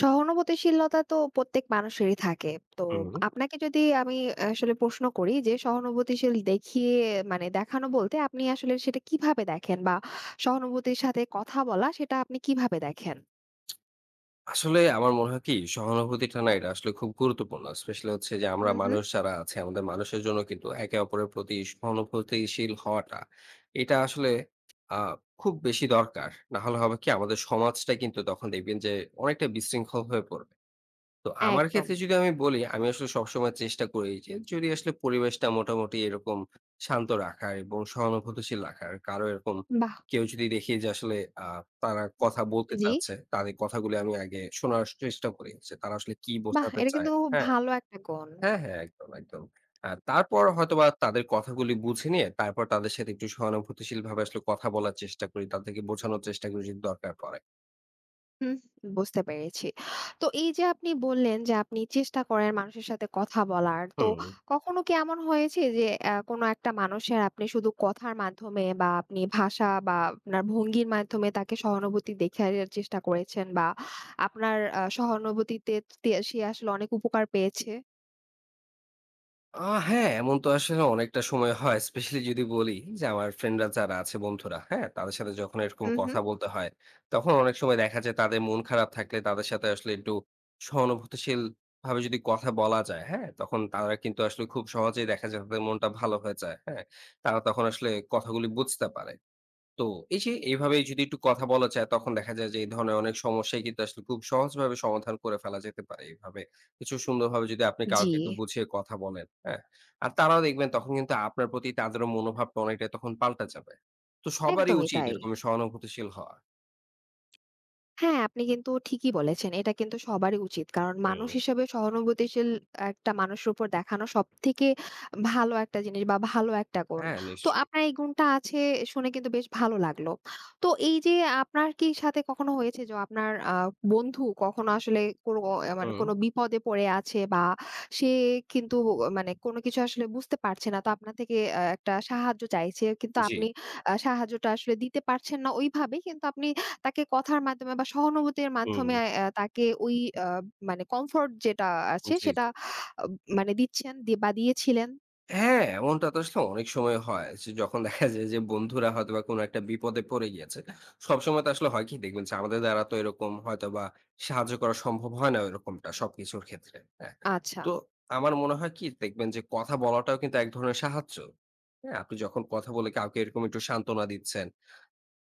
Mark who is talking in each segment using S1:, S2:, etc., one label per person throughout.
S1: সহানুভূতিশীলতা তো প্রত্যেক মানুষেরই থাকে। তো
S2: হুম।
S1: আপনাকে যদি আমি আসলে প্রশ্ন করি যে সহানুভূতিশীল দেখিয়ে মানে দেখানো বলতে আপনি আসলে সেটা কিভাবে দেখেন? বা সহানুভূতির সাথে কথা বলা সেটা আপনি কিভাবে দেখেন?
S2: আসলে আমার মনে হয় কি সহানুভূতিটা না এটা আসলে খুব গুরুত্বপূর্ণ। স্পেশালি হচ্ছে যে
S1: হু,
S2: আমরা
S1: হু।
S2: মানুষ যারা আছে আমাদের মানুষের জন্য কিন্তু একে অপরের প্রতি সহানুভূতিশীল হওয়াটা এটা আসলে আ খুব বেশি দরকার। না হলে হবে কি আমাদের সমাজটা কিন্তু তখন দেখবেন যে অনেকটা বিশৃঙ্খল হয়ে পড়বে। তো আমার
S1: একদম।
S2: ক্ষেত্রে যদি আমি বলি, আমি আসলে সবসময় চেষ্টা করি যে, যদি আসলে পরিবেশটা মোটামুটি এরকম শান্ত রাখার এবং সহানুভূতিশীল রাখার। কারো এরকম
S1: বাহ!
S2: কেউ যদি দেখি যে আসলে আ তারা কথা বলতে
S1: জি,
S2: চাচ্ছে, তাদের কথাগুলি আমি আগে শোনার চেষ্টা করি যে, তারা আসলে কি
S1: বাহ!
S2: বোঝাতে
S1: এটা
S2: চায়।
S1: কিন্তু খুব
S2: হ্যাঁ,
S1: ভালো একটা গুণ।
S2: হ্যাঁ, হ্যাঁ, একদম, একদম। তারপর হয়তোবা তাদের কথাগুলি বুঝে নিয়ে, তারপর তাদের সাথে একটু সহানুভূতিশীলভাবে আসলে কথা বলার চেষ্টা করি। তাদেরকে বোঝানোর চেষ্টা করি যদি দরকার পড়ে।
S1: হুম, বুঝতে পেরেছি। তো এই যে আপনি বললেন যে আপনি চেষ্টা করেন মানুষের সাথে কথা বলার। তো
S2: হুম।
S1: কখনো কি এমন হয়েছে যে কোনো একটা মানুষের আপনি শুধু কথার মাধ্যমে বা আপনি ভাষা বা আপনার ভঙ্গির মাধ্যমে তাকে সহানুভূতি দেখানোর চেষ্টা করেছেন বা আপনার সহানুভূতিতে সে আসলে অনেক উপকার পেয়েছে?
S2: আ হ্যাঁ, এমন তো আসলে অনেকটা সময় হয়। স্পেশালি যদি বলি যে আমার ফ্রেন্ডরা যারা আছে বন্ধুরা, হ্যাঁ? তাদের সাথে যখন এরকম
S1: হুম, হুম।
S2: কথা বলতে হয়, তখন অনেক সময় দেখা যায় তাদের মন খারাপ থাকলে তাদের সাথে আসলে একটু সহানুভূতিশীল ভাবে যদি কথা বলা যায়, হ্যাঁ? তখন তারা কিন্তু আসলে খুব সহজেই দেখা যায় তাদের মনটা ভালো হয়ে যায়, হ্যাঁ? তারা তখন আসলে কথাগুলি বুঝতে পারে। তো এই যে এইভাবে যদি একটু কথা বলা যায় তখন দেখা যায় যে এই ধরনের অনেক সমস্যাই কিন্তু আসলে খুব সহজভাবে সমাধান করে ফেলা যেতে পারে এইভাবে। কিছু সুন্দরভাবে যদি আপনি
S1: জি,
S2: কাউকে একটু বুঝিয়ে কথা বলেন, হ্যাঁ? আর তারাও দেখবেন তখন কিন্তু আপনার প্রতি তাদেরও মনোভাবটা অনেকটাই তখন পাল্টা যাবে। তো সবারই
S1: একদমই
S2: উচিত
S1: তাই।
S2: এরকম সহানুভূতিশীল হওয়া।
S1: হ্যাঁ, আপনি কিন্তু ঠিকই বলেছেন। এটা কিন্তু সবারই উচিত। কারণ মানুষ
S2: হুম।
S1: হিসেবে সহানুভূতিশীল একটা মানুষের উপর দেখানো সবথেকে ভালো একটা জিনিস বা ভালো একটা গুণ।
S2: হ্যাঁ,
S1: তো
S2: নিশ্চয়ই।
S1: আপনার এই গুণটা আছে শুনে কিন্তু বেশ ভালো লাগলো। তো এই যে আপনার কি সাথে কখনো হয়েছে যে আপনার বন্ধু কখনো আসলে কোনো মানে
S2: হুম,
S1: কোনো বিপদে পড়ে আছে বা সে কিন্তু মানে কোনো কিছু আসলে বুঝতে পারছে না। তো আপনার থেকে একটা সাহায্য চাইছে। কিন্তু
S2: জি।
S1: আপনি সাহায্যটা আসলে দিতে পারছেন না ওইভাবে। কিন্তু আপনি তাকে কথার মাধ্যমে বা সহানুভূতির
S2: হুম,
S1: মাধ্যমে তাকে ওই আ মানে কমফোর্ট যেটা আছে
S2: জি,
S1: সেটা
S2: জি।
S1: আ মানে দিচ্ছেন বা দিয়েছিলেন?
S2: হ্যাঁ, এমনটা তো আসলে অনেক সময় হয় যে যখন দেখা যায় যে বন্ধুরা হয়তোবা কোনো একটা বিপদে পড়ে গিয়েছে। সবসময় তো আসলে হয় কি দেখবেন যে আমাদের দ্বারা তো এরকম হয়তোবা সাহায্য করা সম্ভব হয় না ওইরকমটা সবকিছুর ক্ষেত্রে। হ্যাঁ?
S1: আচ্ছা,
S2: তো আমার মনে হয় কি দেখবেন যে কথা বলাটাও কিন্তু এক ধরনের সাহায্য। হ্যাঁ? আপনি যখন কথা বলে কাউকে এরকম একটু সান্ত্বনা দিচ্ছেন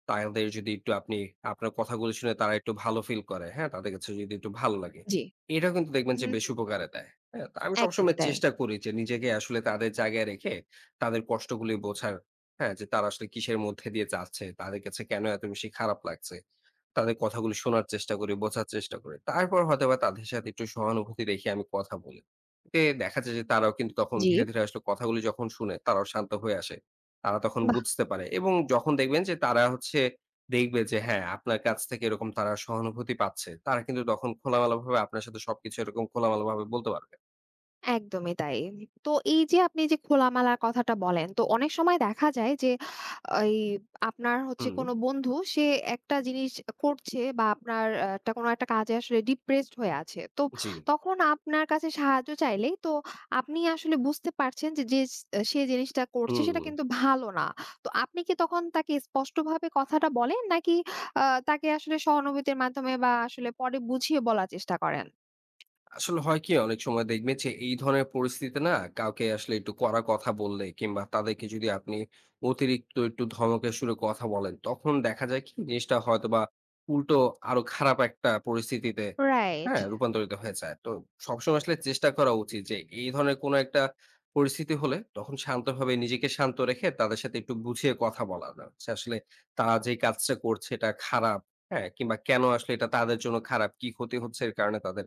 S2: তাদের যদি একটু আপনি আপনার কথাগুলো শুনে তারা একটু ভালো ফিল করে, হ্যাঁ? তাদের কাছে যদি একটু ভালো লাগে,
S1: জি।
S2: এটা কিন্তু দেখবেন যে
S1: হুম,
S2: বেশ উপকারে দেয়। হ্যাঁ? তো আমি
S1: একদমই
S2: সবসময়
S1: তাই।
S2: চেষ্টা করি যে নিজেকে আসলে তাদের জায়গায় রেখে তাদের কষ্টগুলি বোঝার, হ্যাঁ? যে তারা আসলে কিসের মধ্যে দিয়ে যাচ্ছে, তাদের কাছে কেন এত বেশি খারাপ লাগছে। তাদের কথাগুলো শোনার চেষ্টা করি, বোঝার চেষ্টা করি। তারপর হয়তোবা তাদের সাথে একটু সহানুভূতি রেখে আমি কথা বলি। এতে দেখা যায় যে তারাও কিন্তু তখন
S1: জি।
S2: ধীরে, ধীরে আসলে কথাগুলি যখন শুনে তারাও শান্ত হয়ে আসে। তারা তখন বুঝতে পারে এবং যখন দেখবেন যে তারা হচ্ছে দেখবে যে হ্যাঁ, আপনার কাছ থেকে এরকম তারা সহানুভূতি পাচ্ছে, তারা কিন্তু তখন খোলামেলাভাবে আপনার সাথে সবকিছু এরকম খোলামেলাভাবে বলতে পারবে।
S1: একদমই তাই। তো এই যে আপনি যে খোলামেলা কথাটা বলেন, তো অনেক সময় দেখা যায় যে এই আপনার হচ্ছে
S2: হুম,
S1: কোনো বন্ধু সে একটা জিনিস করছে বা আপনার একটা কোনো একটা কাজে আসলে ডিপ্রেসড হয়ে আছে। তো
S2: জি।
S1: তখন আপনার কাছে সাহায্য চাইলেই তো আপনি আসলে বুঝতে পারছেন যে, সে জিনিসটা করছে সেটা
S2: হুম।
S1: কিন্তু ভালো না। তো আপনি কি তখন তাকে স্পষ্টভাবে কথাটা বলেন নাকি আ তাকে আসলে সহানুভূতির মাধ্যমে বা আসলে পরে বুঝিয়ে বলার চেষ্টা করেন?
S2: আসলে হয় কি অনেক সময় দেখবেন যে এই ধরনের পরিস্থিতিতে না কাউকে আসলে একটু কড়া কথা বললে কিংবা তাদেরকে যদি আপনি অতিরিক্ত একটু ধমকের সুরে কথা বলেন তখন দেখা যায় কি জিনিসটা হয়তো বা উল্টো আরো খারাপ একটা পরিস্থিতিতে
S1: রাইট।
S2: হ্যাঁ রূপান্তরিত হয়ে যায় তো সবসময় আসলে চেষ্টা করা উচিত যে এই ধরনের কোনো একটা পরিস্থিতি হলে তখন শান্তভাবে নিজেকে শান্ত রেখে তাদের সাথে একটু বুঝিয়ে কথা বলা না যে আসলে তারা যে কাজটা করছে এটা খারাপ হ্যাঁ কিংবা কেন আসলে এটা তাদের জন্য খারাপ কি ক্ষতি হচ্ছে এর কারণে তাদের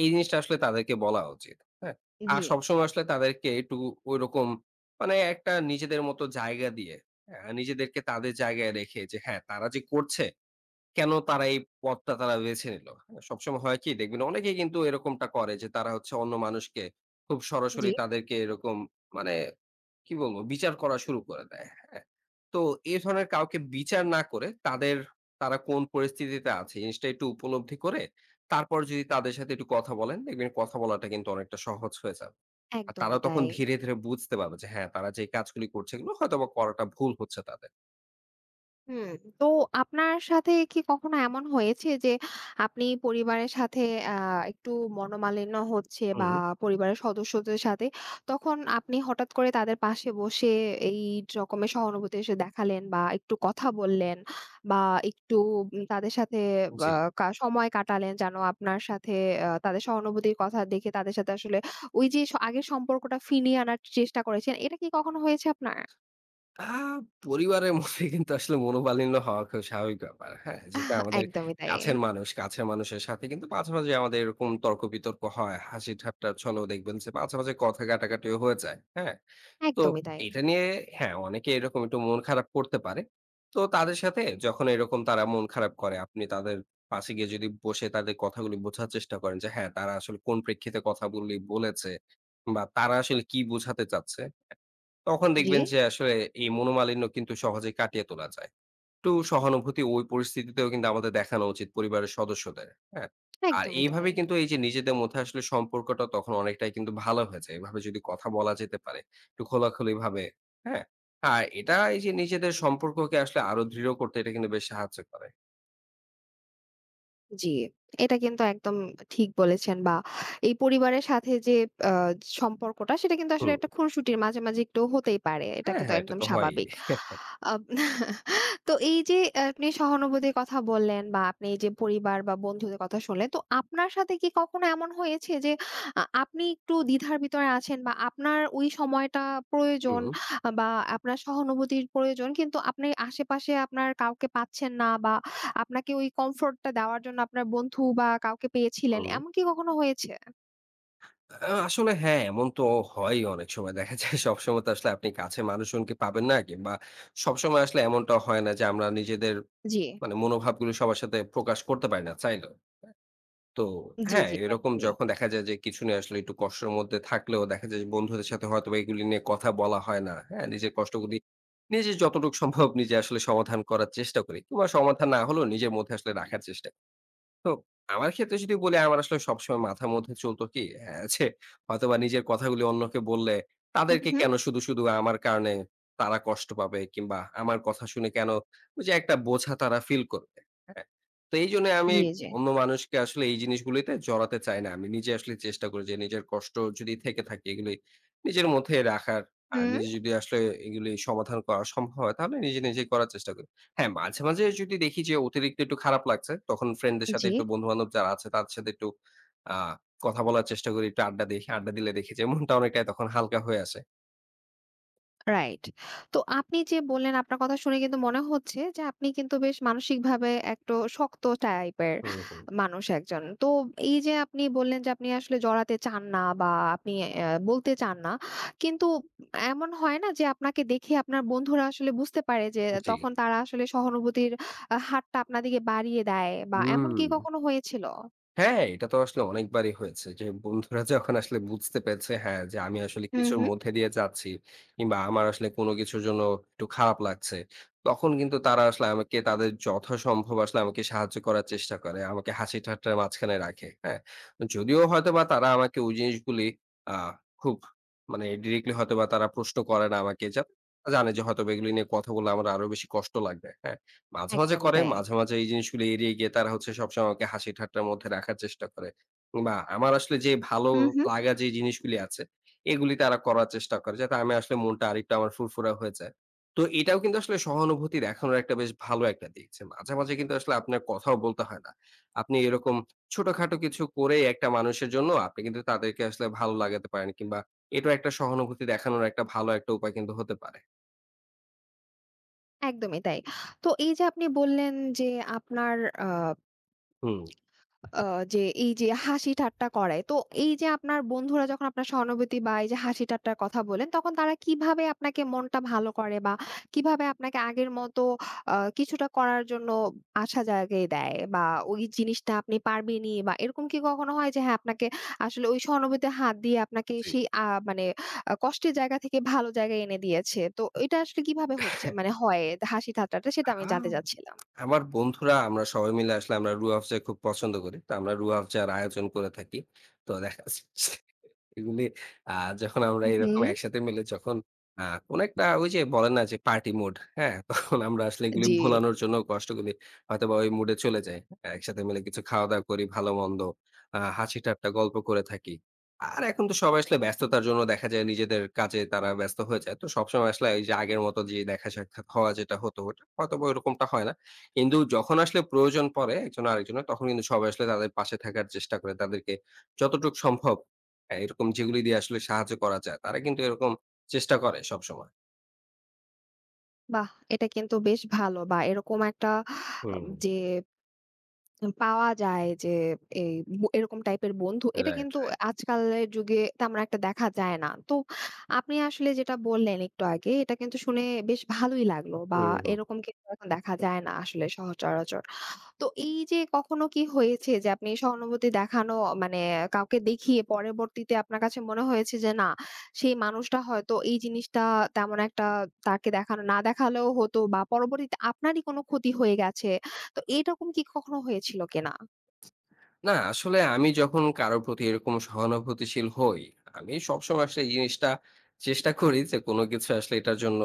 S2: এই জিনিসটা আসলে তাদেরকে বলা উচিত। হ্যাঁ? আর
S1: জি,
S2: সবসময় আসলে তাদেরকে একটু ঐরকম মানে একটা নিজেদের মতো জায়গা দিয়ে, হ্যাঁ? নিজেদেরকে তাদের জায়গায় রেখে যে হ্যাঁ, তারা যে করছে কেন তারা এই পথটা তারা বেছে নিল? হ্যাঁ? সবসময় হয় কি দেখবেন অনেকেই কিন্তু এরকমটা করে যে তারা হচ্ছে অন্য মানুষকে খুব
S1: জি।
S2: সরাসরি তাদেরকে এরকম মানে কি বলবো বিচার করা শুরু করে দেয়। হ্যাঁ? তো এই ধরনের কাউকে বিচার না করে তাদের তারা কোন পরিস্থিতিতে আছে জিনিসটা একটু উপলব্ধি করে তারপর যদি তাদের সাথে একটু কথা বলেন দেখবেন কথা বলাটা কিন্তু অনেকটা সহজ হয়ে যাবে। আর তারা
S1: একদমই
S2: তখন
S1: তাই।
S2: ধীরে, ধীরে বুঝতে পারবে যে হ্যাঁ তারা যে কাজগুলি করছে এগুলো হয়তোবা করাটা ভুল হচ্ছে তাদের।
S1: হুম, তো আপনার সাথে কি কখনো এমন হয়েছে যে আপনি পরিবারের সাথে আ একটু মনোমালিন্য হচ্ছে বা
S2: হুম।
S1: পরিবারের সদস্যদের সাথে তখন আপনি হঠাৎ করে তাদের পাশে বসে এই রকমের সহানুভূতি এসে দেখালেন বা একটু কথা বললেন বা একটু তাদের সাথে আ
S2: জি।
S1: কা সময় কাটালেন যেন আপনার সাথে তাদের সহানুভূতির কথা দেখে তাদের সাথে আসলে ওই যে আগের সম্পর্কটা ফিরিয়ে আনার চেষ্টা করেছেন। এটা কি কখনো হয়েছে আপনার?
S2: আ পরিবারের মধ্যে কিন্তু আসলে মনোমালিন্য হওয়া খুব স্বাভাবিক ব্যাপার। হ্যাঁ? যেটা আমাদের
S1: একদমই তাই।
S2: কাছের মানুষ, কাছের মানুষের সাথে কিন্তু মাঝে, মাঝে আমাদের এরকম তর্ক-বিতর্ক হয়। হাসি ঠাট্টা চলো দেখবেন যে মাঝে, মাঝে কথা কাটাকাটিও হয়ে যায়। হ্যাঁ? তো
S1: একদমই তাই।
S2: এটা নিয়ে হ্যাঁ, অনেকে এরকম একটু মন খারাপ করতে পারে। তো তাদের সাথে যখন এরকম তারা মন খারাপ করে, আপনি তাদের পাশে গিয়ে যদি বসে তাদের কথাগুলি বোঝার চেষ্টা করেন যে হ্যাঁ, তারা আসলে কোন প্রেক্ষিতে কথাগুলি বলেছে বা তারা আসলে কি বোঝাতে চাচ্ছে, তখন
S1: জি,
S2: দেখবেন যে আসলে এই মনোমালিন্য কিন্তু সহজেই কাটিয়ে তোলা যায়। একটু সহানুভূতি ওই পরিস্থিতিতেও কিন্তু আমাদের দেখানো উচিত পরিবারের সদস্যদের। হ্যাঁ? আর
S1: একদমই তাই।
S2: এইভাবে কিন্তু এই যে নিজেদের মধ্যে আসলে সম্পর্কটা তখন অনেকটাই কিন্তু ভালো হয়ে যায়। এভাবে যদি কথা বলা যেতে পারে, একটু খোলাখুলিভাবে। হ্যাঁ? আর এটা এই যে নিজেদের সম্পর্ককে আসলে আরো দৃঢ় করতে এটা কিন্তু বেশ সাহায্য করে।
S1: জি, এটা কিন্তু একদম ঠিক বলেছেন বা এই পরিবারের সাথে যে আ সম্পর্কটা সেটা কিন্তু আসলে
S2: হুম।
S1: একটা খুনসুটির মাঝে, মাঝে একটু হতেই পারে। এটা
S2: হ্যাঁ,
S1: কিন্তু
S2: হ্যাঁ, এটা
S1: একদম
S2: তো হয়ই।
S1: স্বাভাবিক। আব তো এই যে আপনি সহানুভূতির কথা বললেন বা আপনি এই যে পরিবার বা বন্ধুদের কথা শুনলেন, তো আপনার সাথে কি কখনো এমন হয়েছে যে আপনি একটু দ্বিধার ভিতরে আছেন বা আপনার ওই সময়টা প্রয়োজন
S2: হুম,
S1: বা আপনার সহানুভূতির প্রয়োজন কিন্তু আপনি আশেপাশে আপনার কাউকে পাচ্ছেন না বা আপনাকে ওই কমফোর্ট টা দেওয়ার জন্য আপনার বন্ধু বা কাউকে পেয়েছিলেন,
S2: হুম।
S1: এমন কি কখনো হয়েছে?
S2: আসলে হ্যাঁ, এমন তো হয়ই অনেক সময়। দেখা যায় সবসময় তো আসলে আপনি কাছের মানুষজনকে পাবেন না কিংবা সবসময় আসলে এমনটা হয় না যে আমরা নিজেদের
S1: জি,
S2: মানে মনোভাবগুলো সবার সাথে প্রকাশ করতে পারি না চাইলেও। তো
S1: জি,
S2: হ্যাঁ,
S1: জি,
S2: এরকম
S1: একদমই।
S2: যখন দেখা যায় যে কিছু নিয়ে আসলে একটু কষ্টের মধ্যে থাকলেও দেখা যায় যে বন্ধুদের সাথে হয়তোবা এগুলি নিয়ে কথা বলা হয় না। হ্যাঁ? নিজের কষ্টগুলি নিজে যতটুকু সম্ভব নিজে আসলে সমাধান করার চেষ্টা করি। কিংবা সমাধান না হলেও নিজের মধ্যে আসলে রাখার চেষ্টা তো আমার ক্ষেত্রে যদি বলি আমার আসলে সবসময় মাথার মধ্যে চলতো কি হ্যাঁ, যে হয়তোবা নিজের কথাগুলি অন্যকে বললে
S1: হু,
S2: তাদেরকে
S1: হু।
S2: কেন শুধু, শুধু আমার কারণে তারা কষ্ট পাবে কিংবা আমার কথা শুনে কেন ওই যে একটা বোঝা তারা ফিল করবে। হ্যাঁ? তো এইজন্য আমি
S1: জি, জি।
S2: অন্য মানুষকে আসলে এই জিনিসগুলিতে জড়াতে চাই না। আমি নিজে আসলে চেষ্টা করি যে নিজের কষ্ট যদি থেকে থাকে এগুলি নিজের মধ্যে রাখার আর
S1: হুম।
S2: নিজে যদি আসলে এগুলি সমাধান করা সম্ভব হয় তাহলে নিজে, নিজেই করার চেষ্টা করি। হ্যাঁ, মাঝে, মাঝে যদি দেখি যে অতিরিক্ত একটু খারাপ লাগছে, তখন ফ্রেন্ডদের সাথে
S1: জি।
S2: একটু বন্ধু-বান্ধব যারা আছে তাদের সাথে একটু আ কথা বলার চেষ্টা করি, একটু আড্ডা দেই। আড্ডা দিলে দেখি যে মনটা অনেকটাই তখন হালকা হয়ে আসে।
S1: রাইট। তো আপনি যে বললেন আপনার কথা শুনে কিন্তু মনে হচ্ছে যে আপনি কিন্তু বেশ মানসিকভাবে একটু শক্ত টাইপের
S2: হুম, হুম।
S1: মানুষ একজন। তো এই যে আপনি বললেন যে আপনি আসলে জড়াতে চান না বা আপনি বলতে চান না। কিন্তু এমন হয় না যে আপনাকে দেখে আপনার বন্ধুরা আসলে বুঝতে পারে যে
S2: জি।
S1: তখন তারা আসলে সহানুভূতির হাতটা আপনার দিকে বাড়িয়ে দেয় বা এমন
S2: হুম।
S1: কি কখনো হয়েছিল?
S2: হ্যাঁ, এটা তো আসলে অনেকবারই হয়েছে যে বন্ধুরা যখন আসলে বুঝতে পেরেছে হ্যাঁ, যে আমি আসলে
S1: হুম,
S2: কিছুর
S1: হুম।
S2: মধ্যে দিয়ে যাচ্ছি কিংবা আমার আসলে কোনো কিছুর জন্য একটু খারাপ লাগছে। তখন কিন্তু তারা আসলে আমাকে তাদের যথাসম্ভব আসলে আমাকে সাহায্য করার চেষ্টা করে। আমাকে হাসি ঠাট্টার মাঝখানে রাখে। হ্যাঁ? যদিও হয়তোবা তারা আমাকে ওই জিনিসগুলি আ খুব মানে ডিরেক্টলি হয়তোবা তারা প্রশ্ন করে না আমাকে। যা জানে যে হয়তোবা এগুলি নিয়ে কথা বললে আমার আরো বেশি কষ্ট লাগবে। হ্যাঁ? মাঝে, মাঝে
S1: একদমই
S2: করে।
S1: তাই।
S2: মাঝে, মাঝে এই জিনিসগুলো এড়িয়ে গিয়ে তারা হচ্ছে সবসময় আমাকে হাসি ঠাট্টার মধ্যে রাখার চেষ্টা করে। বা আমার আসলে যে ভালো
S1: হুম, হুম।
S2: লাগা যে জিনিসগুলি আছে, এগুলি তারা করার চেষ্টা করে। যাতে আমি আসলে মনটা আরেকটু আমার ফুরফুরা হয়ে যায়। তো এটাও কিন্তু আসলে সহানুভূতি দেখানোর একটা বেশ ভালো একটা দিক। যে মাঝে, মাঝে কিন্তু আসলে আপনার কথাও বলতে হয় না। আপনি এরকম ছোটখাটো কিছু করেই একটা মানুষের জন্য আপনি কিন্তু তাদেরকে আসলে ভালো লাগাতে পারেন। কিংবা এটাও একটা সহানুভূতি দেখানোর একটা ভালো একটা উপায় কিন্তু হতে পারে।
S1: একদমই তাই। তো এই যে আপনি বললেন যে আপনার আ
S2: হুম,
S1: আ যে এই যে হাসি ঠাট্টা করায়। তো এই যে আপনার বন্ধুরা যখন আপনার সহানুভূতি বা এই যে হাসি ঠাট্টার কথা বলেন, তখন তারা কিভাবে আপনাকে মনটা ভালো করে বা কিভাবে আপনাকে আগের মতো কিছুটা করার জন্য আশা জাগিয়ে দেয় বা ওই জিনিসটা আপনি পারবেনই বা এরকম কি কখনো হয় যে হ্যাঁ, আপনাকে আসলে ওই সহানুভূতির হাত দিয়ে আপনাকে
S2: জি।
S1: সেই মানে কষ্টের জায়গা থেকে ভালো জায়গায় এনে দিয়েছে। তো এটা আসলে কিভাবে হচ্ছে মানে হয় হাসি ঠাট্টাটা
S2: আ
S1: সেটা আমি জানতে চাচ্ছিলাম?
S2: আমার বন্ধুরা আমরা সবাই মিলে আসলে আমরা রু আফজা খুব পছন্দ করি। তো আমরা রু আফজার আয়োজন করে থাকি। তো দেখা যাচ্ছে এগুলি আ যখন আমরা এরকম
S1: হুম,
S2: একসাথে মিলে যখন কোন একটা ওই যে বলে না যে পার্টি মুড, হ্যাঁ? তখন আমরা আসলে এগুলি
S1: জি।
S2: ভোলানোর জন্য কষ্টগুলি হয়তোবা ওই মুডে চলে যাই। একসাথে মিলে কিছু খাওয়া-দাওয়া করি ভালো-মন্দ, হাসি-ঠাট্টা গল্প করে থাকি। আর এখন তো সবাই আসলে ব্যস্ততার জন্য দেখা যায় নিজেদের কাজে তারা ব্যস্ত হয়ে যায়। তো সবসময় আসলে এই যে আগের মতো যে দেখা সাক্ষাৎ হওয়া যেটা হতো ওটা হয়তোবা ওরকমটা হয় না। কিন্তু যখন আসলে প্রয়োজন পড়ে একজন আরেকজনের তখন কিন্তু সবাই আসলে তাদের পাশে থাকার চেষ্টা করে। তাদেরকে যতটুকু সম্ভব হ্যাঁ, এরকম যেগুলি দিয়ে আসলে সাহায্য করা যায়, তারা কিন্তু এরকম চেষ্টা করে সবসময়।
S1: বাহ! এটা কিন্তু বেশ ভালো বা এরকম একটা
S2: হুম।
S1: যে পাওয়া যায় যে এই এরকম টাইপের বন্ধু এটা
S2: রাইট,
S1: কিন্তু
S2: রাইট।
S1: আজকালের যুগে তেমন একটা দেখা যায় না। তো আপনি আসলে যেটা বললেন একটু আগে এটা কিন্তু শুনে বেশ ভালোই লাগলো বা
S2: হুম, হুম।
S1: এরকম কিন্তু এখন দেখা যায় না আসলে সহচরাচর। তো এই যে কখনো কি হয়েছে যে আপনি সহানুভূতি দেখানো মানে কাউকে দেখিয়ে পরবর্তীতে আপনার কাছে মনে হয়েছে যে না সেই মানুষটা হয়তো এই জিনিসটা তেমন একটা তাকে দেখানো না দেখালেও হতো বা পরবর্তীতে আপনারই কোনো ক্ষতি হয়ে গেছে, তো এরকম কি কখনো হয়েছিল কিনা?
S2: না, আসলে আমি যখন কারো প্রতি এরকম সহানুভূতিশীল হই, আমি সবসময় আসলে এই জিনিসটা চেষ্টা করি যে কোনো কিছু আসলে এটার জন্য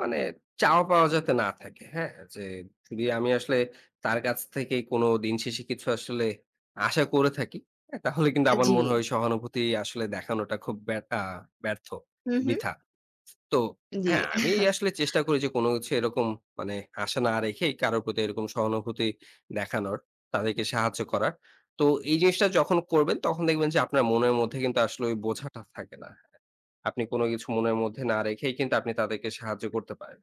S2: মানে চাওয়া পাওয়া যাতে না থাকে। হ্যাঁ? যে যদি আমি আসলে তার কাছ থেকে কোনো দিন শেষে কিছু আসলে আশা করে থাকি, হ্যাঁ? তাহলে কিন্তু আমার
S1: জি।
S2: মনে হয় সহানুভূতি আসলে দেখানোটা খুব আ ব্যর্থ,
S1: হুম, হুম।
S2: বৃথা। তো
S1: জি,
S2: হ্যাঁ, আমি আসলে চেষ্টা করি যে কোনো কিছু এরকম মানে আশা না রেখেই কারো প্রতি এরকম সহানুভূতি দেখানোর, তাদেরকে সাহায্য করার। তো এই জিনিসটা যখন করবেন তখন দেখবেন যে আপনার মনের মধ্যে কিন্তু আসলে ওই বোঝাটা থাকে না। হ্যাঁ। আপনি কোনো কিছু মনের মধ্যে না রেখেই কিন্তু আপনি তাদেরকে সাহায্য করতে পারেন।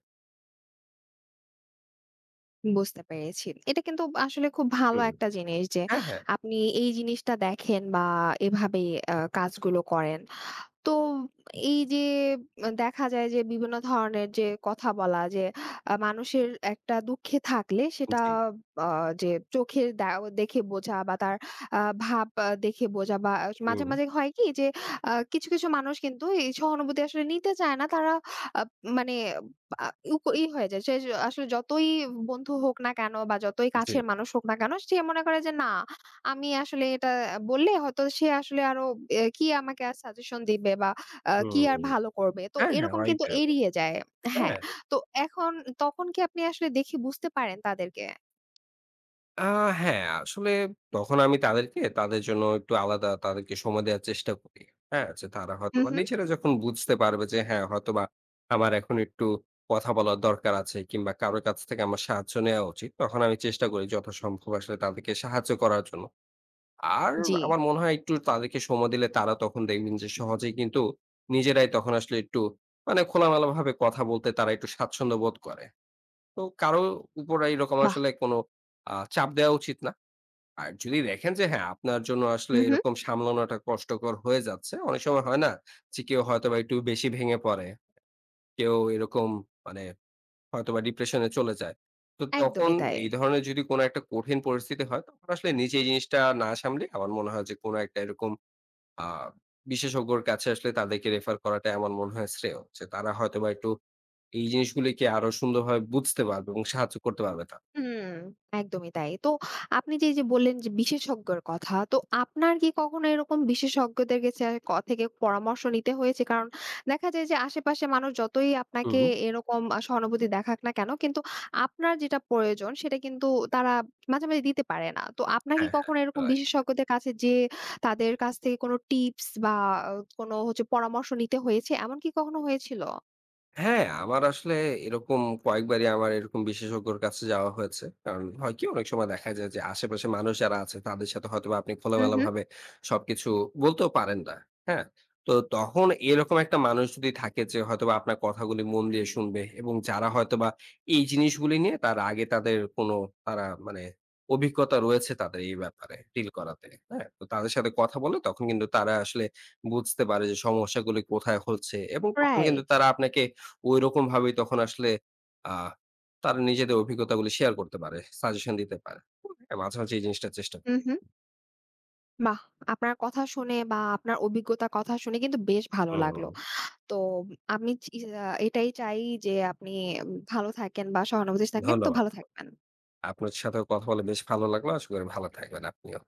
S1: বুঝতে পেরেছি। এটা কিন্তু আসলে খুব ভালো
S2: হুম।
S1: একটা জিনিস যে
S2: হ্যাঁ, হ্যাঁ।
S1: আপনি এই জিনিসটা দেখেন বা এভাবে কাজগুলো করেন। তো এই যে দেখা যায় যে বিভিন্ন ধরনের যে কথা বলা যে মানুষের একটা দুঃখে থাকলে সেটা
S2: জি।
S1: আ যে চোখে দেখে বোঝা বা তার আ ভাব দেখে বোঝা বা মাঝে,
S2: হুম,
S1: মাঝে হয় কি যে কিছু, কিছু মানুষ কিন্তু এই সহানুভূতি আসলে নিতে চায় না। তারা আ মানে আ উ ই হয়ে যায়। সে আসলে যতই বন্ধু হোক না কেন বা যতই
S2: জি।
S1: কাছের মানুষ হোক না কেন সে মনে করে যে না, আমি আসলে এটা বললে হয়তো সে আসলে আরো এ কি আমাকে আর সাজেশন দিবে বা কি আর
S2: হুম।
S1: ভালো করবে। তো
S2: হ্যাঁ, হ্যাঁ।
S1: এরকম
S2: হয়ই
S1: কিন্তু
S2: তো এমন।
S1: এড়িয়ে যায়। হ্যাঁ,
S2: হ্যাঁ।
S1: তো এখন তখন কি আপনি আসলে দেখে বুঝতে পারেন তাদেরকে?
S2: আ হ্যাঁ, আসলে তখন আমি তাদেরকে তাদের জন্য একটু আলাদা তাদেরকে সময় দেওয়ার চেষ্টা করি। হ্যাঁ? যে তারা
S1: হু,
S2: হয়তোবা
S1: হু।
S2: নিজেরা যখন বুঝতে পারবে যে হ্যাঁ, হয়তোবা আমার এখন একটু কথা বলার দরকার আছে কিংবা কারো কাছ থেকে আমার সাহায্য নেওয়া উচিত। তখন আমি চেষ্টা করি যথাসম্ভব আসলে তাদেরকে সাহায্য করার জন্য। আর
S1: জি,
S2: আমার মনে হয় একটু তাদেরকে সময় দিলে তারা তখন দেখবেন যে সহজেই কিন্তু নিজেরাই তখন আসলে একটু মানে খোলামেলাভাবে কথা বলতে তারা একটু স্বাচ্ছন্দ্য বোধ করে। তো কারো উপর এইরকম
S1: বাহ!
S2: আসলে কোনো চাপ দেওয়া উচিত না। আর যদি দেখেন যে হ্যাঁ, আপনার জন্য
S1: হু,
S2: আসলে
S1: হু।
S2: এরকম সামলানোটা কষ্টকর হয়ে যাচ্ছে। অনেক সময় হয় না? যে কেউ হয়তোবা একটু বেশি ভেঙে পড়ে। কেউ এরকম মানে হয়তোবা ডিপ্রেশন এ চলে যায়। তো তখন
S1: একদমই তাই।
S2: এই ধরনের যদি কোনো একটা কঠিন পরিস্থিতি হয়, তখন আসলে নিজে এই জিনিসটা না সামলিয়ে আমার মনে হয় যে কোনো একটা এরকম আ বিশেষজ্ঞর কাছে আসলে তাদেরকে রেফার করাটাই আমার মনে হয় শ্রেয়। যে তারা হয়তোবা একটু এই জিনিসগুলিকে আরো সুন্দরভাবে বুঝতে পারবে এবং সাহায্য করতে পারবে তা
S1: হুম, একদমই তাই। তো আপনি এই যে বললেন যে বিশেষজ্ঞের কথা, তো আপনার কি কখনো এরকম বিশেষজ্ঞদের কাছে থেকে পরামর্শ নিতে হয়েছে? কারণ দেখা যায় যে আশেপাশে মানুষ যতই আপনাকে
S2: হুম।
S1: এরকম সহানুভূতি দেখাক না কেন, কিন্তু আপনার যেটা প্রয়োজন সেটা কিন্তু তারা মাঝে, মাঝে দিতে পারে না। তো আপনার কি
S2: হ্যাঁ, হ্যাঁ।
S1: কখনো এরকম
S2: রাইট।
S1: বিশেষজ্ঞদের কাছে যেয়ে তাদের কাছ থেকে কোনো টিপস বা কোনো হচ্ছে পরামর্শ নিতে হয়েছে? এমন কি কখনো হয়েছিল?
S2: হ্যাঁ, আমার আসলে এরকম কয়েকবারই আমার এরকম বিশেষজ্ঞর কাছে যাওয়া হয়েছে। কারণ হয় কি? অনেক সময় দেখা যায় যে আশেপাশের মানুষ যারা আছে তাদের সাথে হয়তোবা আপনি
S1: হু, হু।
S2: খোলামেলাভাবে সবকিছু বলতেও পারেন না। হ্যাঁ? তো তখন এরকম একটা মানুষ যদি থাকে যে হয়তোবা আপনার কথাগুলি মন দিয়ে শুনবে এবং যারা হয়তোবা এই জিনিসগুলি নিয়ে তার আগে তাদের কোনো তারা মানে অভিজ্ঞতা রয়েছে তাদের এই ব্যাপারে ডিল করাতে। হ্যাঁ? তো তাদের সাথে কথা বলে তখন কিন্তু তারা আসলে বুঝতে পারে যে সমস্যাগুলি কোথায় হচ্ছে এবং তখন কিন্তু
S1: রাইট।
S2: তারা আপনাকে ঐরকম ভাবেই তখন আসলে আ তারা নিজেদের অভিজ্ঞতাগুলো শেয়ার করতে পারে, সাজেশন দিতে পারে। হ্যাঁ, মাঝে, মাঝে এই জিনিসটা চেষ্টা
S1: হু,
S2: করি।
S1: হু। বাহ! আপনার কথা শুনে বা আপনার অভিজ্ঞতার কথা শুনে কিন্তু বেশ ভালো লাগলো।
S2: হুম,
S1: তো আমি চি আ এটাই চাই যে আপনি ভালো থাকেন বা সহানুভূতিশীল থাকেন। তো
S2: ধন্যবাদ।
S1: ভালো থাকবেন।
S2: আপনার সাথেও কথা বলে বেশ ভালো লাগলো। আশা করি ভালো থাকবেন আপনিও।